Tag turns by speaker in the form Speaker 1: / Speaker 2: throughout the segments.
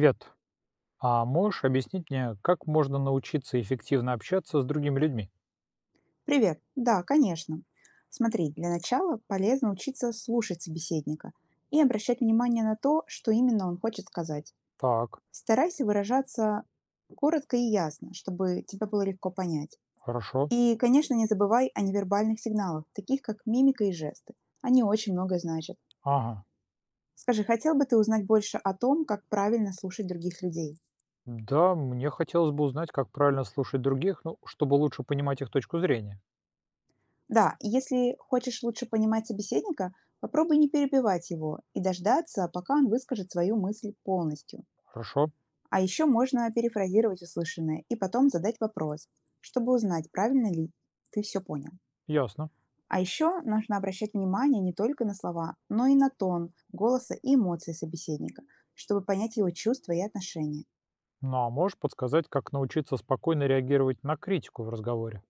Speaker 1: Привет. А можешь объяснить мне, как можно научиться эффективно общаться с другими людьми?
Speaker 2: Привет. Да, конечно. Смотри, для начала полезно учиться слушать собеседника и обращать внимание на то, что именно он хочет сказать.
Speaker 1: Так,
Speaker 2: Старайся выражаться коротко и ясно, чтобы тебя было легко понять.
Speaker 1: хорошо.
Speaker 2: И, конечно, не забывай о невербальных сигналах, таких как мимика и жесты. Они очень многое значат.
Speaker 1: Ага.
Speaker 2: Скажи, хотел бы ты узнать больше о том, как правильно слушать других людей?
Speaker 1: Да, мне хотелось бы узнать, как правильно слушать других, ну, чтобы лучше понимать их точку зрения.
Speaker 2: Да, и если хочешь лучше понимать собеседника, попробуй не перебивать его и дождаться, пока он выскажет свою мысль полностью.
Speaker 1: Хорошо,
Speaker 2: А еще можно перефразировать услышанное и потом задать вопрос, чтобы узнать, правильно ли ты все понял.
Speaker 1: ясно.
Speaker 2: А еще нужно обращать внимание не только на слова, но и на тон, голоса и эмоции собеседника, чтобы понять его чувства и отношения.
Speaker 1: Ну а можешь подсказать, как научиться спокойно реагировать на критику в разговоре?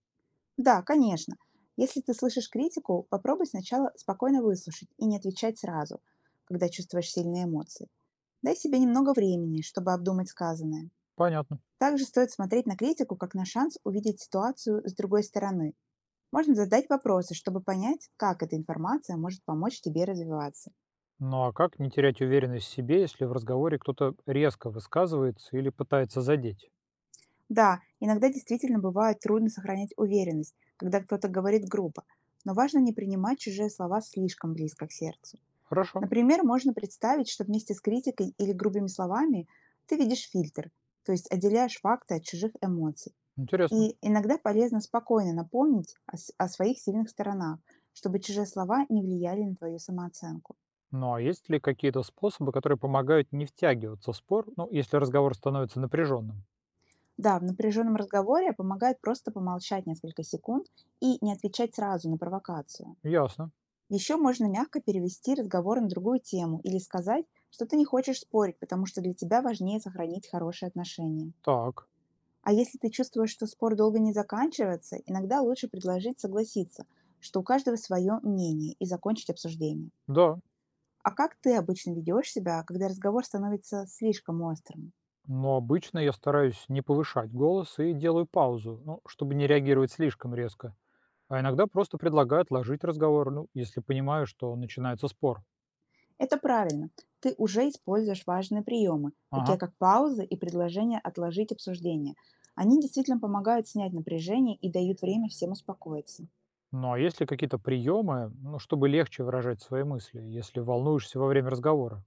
Speaker 2: Да, конечно. Если ты слышишь критику, попробуй сначала спокойно выслушать и не отвечать сразу, когда чувствуешь сильные эмоции. Дай себе немного времени, чтобы обдумать сказанное.
Speaker 1: Понятно.
Speaker 2: Также стоит смотреть на критику как на шанс увидеть ситуацию с другой стороны. Можно задать вопросы, чтобы понять, как эта информация может помочь тебе развиваться.
Speaker 1: Ну а как не терять уверенность в себе, если в разговоре кто-то резко высказывается или пытается задеть?
Speaker 2: Да, иногда действительно бывает трудно сохранять уверенность, когда кто-то говорит грубо, но важно не принимать чужие слова слишком близко к сердцу.
Speaker 1: Хорошо,
Speaker 2: Например, можно представить, что вместе с критикой или грубыми словами ты видишь фильтр, то есть отделяешь факты от чужих эмоций.
Speaker 1: интересно.
Speaker 2: И иногда полезно спокойно напомнить о своих сильных сторонах, чтобы чужие слова не влияли на твою самооценку.
Speaker 1: Ну а есть ли какие-то способы, которые помогают не втягиваться в спор, ну, если разговор становится напряженным?
Speaker 2: Да, в напряженном разговоре помогает просто помолчать несколько секунд и не отвечать сразу на провокацию.
Speaker 1: Ясно.
Speaker 2: Еще можно мягко перевести разговор на другую тему или сказать, что ты не хочешь спорить, потому что для тебя важнее сохранить хорошие отношения.
Speaker 1: Так.
Speaker 2: А если ты чувствуешь, что спор долго не заканчивается, иногда лучше предложить согласиться, что у каждого свое мнение и закончить обсуждение.
Speaker 1: Да.
Speaker 2: А как ты обычно ведешь себя, когда разговор становится слишком острым?
Speaker 1: Но обычно я стараюсь не повышать голос и делаю паузу, ну, чтобы не реагировать слишком резко. А иногда просто предлагаю отложить разговор, ну, если понимаю, что начинается спор.
Speaker 2: Это правильно. Ты уже используешь важные приемы, такие
Speaker 1: Ага.
Speaker 2: как паузы и предложение отложить обсуждение. Они действительно помогают снять напряжение и дают время всем успокоиться.
Speaker 1: Ну а есть ли какие-то приемы, ну, чтобы легче выражать свои мысли, если волнуешься во время разговора?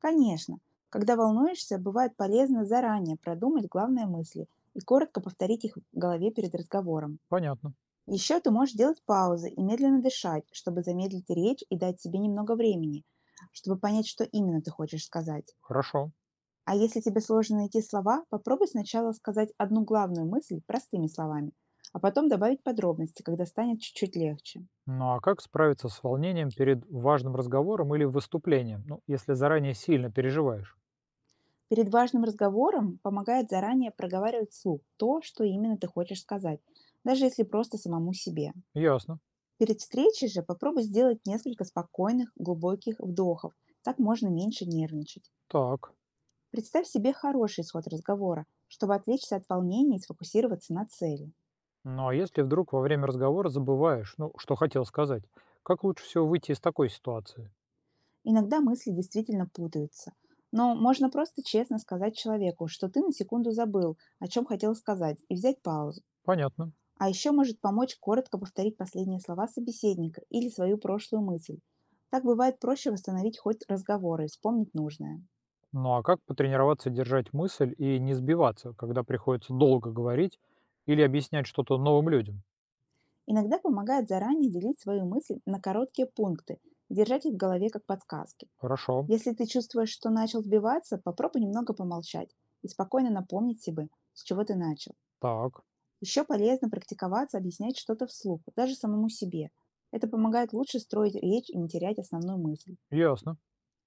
Speaker 2: Конечно, когда волнуешься, бывает полезно заранее продумать главные мысли и коротко повторить их в голове перед разговором.
Speaker 1: Понятно.
Speaker 2: Еще ты можешь делать паузы и медленно дышать, чтобы замедлить речь и дать себе немного времени, чтобы понять, что именно ты хочешь сказать.
Speaker 1: Хорошо.
Speaker 2: А если тебе сложно найти слова, попробуй сначала сказать одну главную мысль простыми словами, а потом добавить подробности, когда станет чуть-чуть легче.
Speaker 1: Ну а как справиться с волнением перед важным разговором или выступлением, ну, если заранее сильно переживаешь?
Speaker 2: Перед важным разговором помогает заранее проговаривать вслух то, что именно ты хочешь сказать, даже если просто самому себе.
Speaker 1: Ясно.
Speaker 2: Перед встречей же попробуй сделать несколько спокойных, глубоких вдохов. Так можно меньше нервничать.
Speaker 1: Так.
Speaker 2: Представь себе хороший исход разговора, чтобы отвлечься от волнения и сфокусироваться на цели.
Speaker 1: Ну а если вдруг во время разговора забываешь, ну, что хотел сказать, как лучше всего выйти из такой ситуации?
Speaker 2: Иногда мысли действительно путаются. Но можно просто честно сказать человеку, что ты на секунду забыл, о чем хотел сказать, и взять паузу.
Speaker 1: Понятно.
Speaker 2: А еще может помочь коротко повторить последние слова собеседника или свою прошлую мысль. Так бывает проще восстановить хоть разговоры и вспомнить нужное.
Speaker 1: Ну а как потренироваться держать мысль и не сбиваться, когда приходится долго говорить или объяснять что-то новым людям?
Speaker 2: Иногда помогает заранее делить свою мысль на короткие пункты и держать их в голове как подсказки.
Speaker 1: Хорошо.
Speaker 2: Если ты чувствуешь, что начал сбиваться, попробуй немного помолчать и спокойно напомнить себе, с чего ты начал.
Speaker 1: Так.
Speaker 2: Еще полезно практиковаться, объяснять что-то вслух, даже самому себе. Это помогает лучше строить речь и не терять основную мысль.
Speaker 1: Ясно.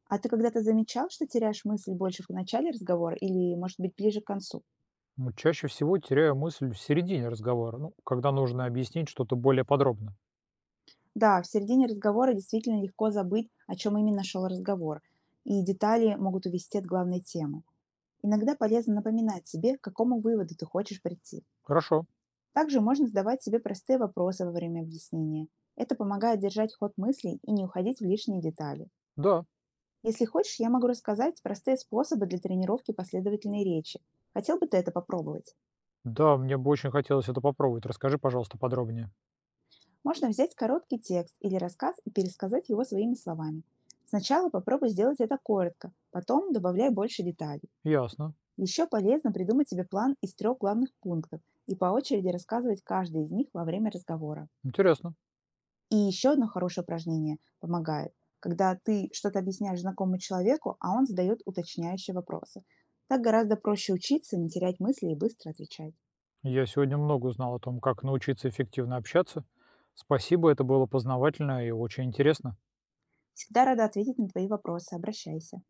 Speaker 2: А ты когда-то замечал, что теряешь мысль больше в начале разговора или, может быть, ближе к концу?
Speaker 1: Ну, чаще всего теряю мысль в середине разговора, ну, когда нужно объяснить что-то более подробно.
Speaker 2: Да, в середине разговора действительно легко забыть, о чем именно шел разговор, и детали могут увести от главной темы. Иногда полезно напоминать себе, к какому выводу ты хочешь прийти.
Speaker 1: Хорошо.
Speaker 2: Также можно задавать себе простые вопросы во время объяснения. Это помогает держать ход мыслей и не уходить в лишние детали.
Speaker 1: Да,
Speaker 2: Если хочешь, я могу рассказать простые способы для тренировки последовательной речи. Хотел бы ты это попробовать?
Speaker 1: Да, мне бы очень хотелось это попробовать. Расскажи, пожалуйста, подробнее.
Speaker 2: Можно взять короткий текст или рассказ и пересказать его своими словами. Сначала попробуй сделать это коротко, потом добавляй больше деталей.
Speaker 1: Ясно.
Speaker 2: Еще полезно придумать себе план из 3 главных пунктов и по очереди рассказывать каждый из них во время разговора.
Speaker 1: Интересно.
Speaker 2: И еще одно хорошее упражнение помогает, когда ты что-то объясняешь знакомому человеку, а он задает уточняющие вопросы. Так гораздо проще учиться, не терять мысли и быстро отвечать.
Speaker 1: Я сегодня много узнал о том, как научиться эффективно общаться. Спасибо, это было познавательно и очень интересно.
Speaker 2: Всегда рада ответить на твои вопросы. Обращайся.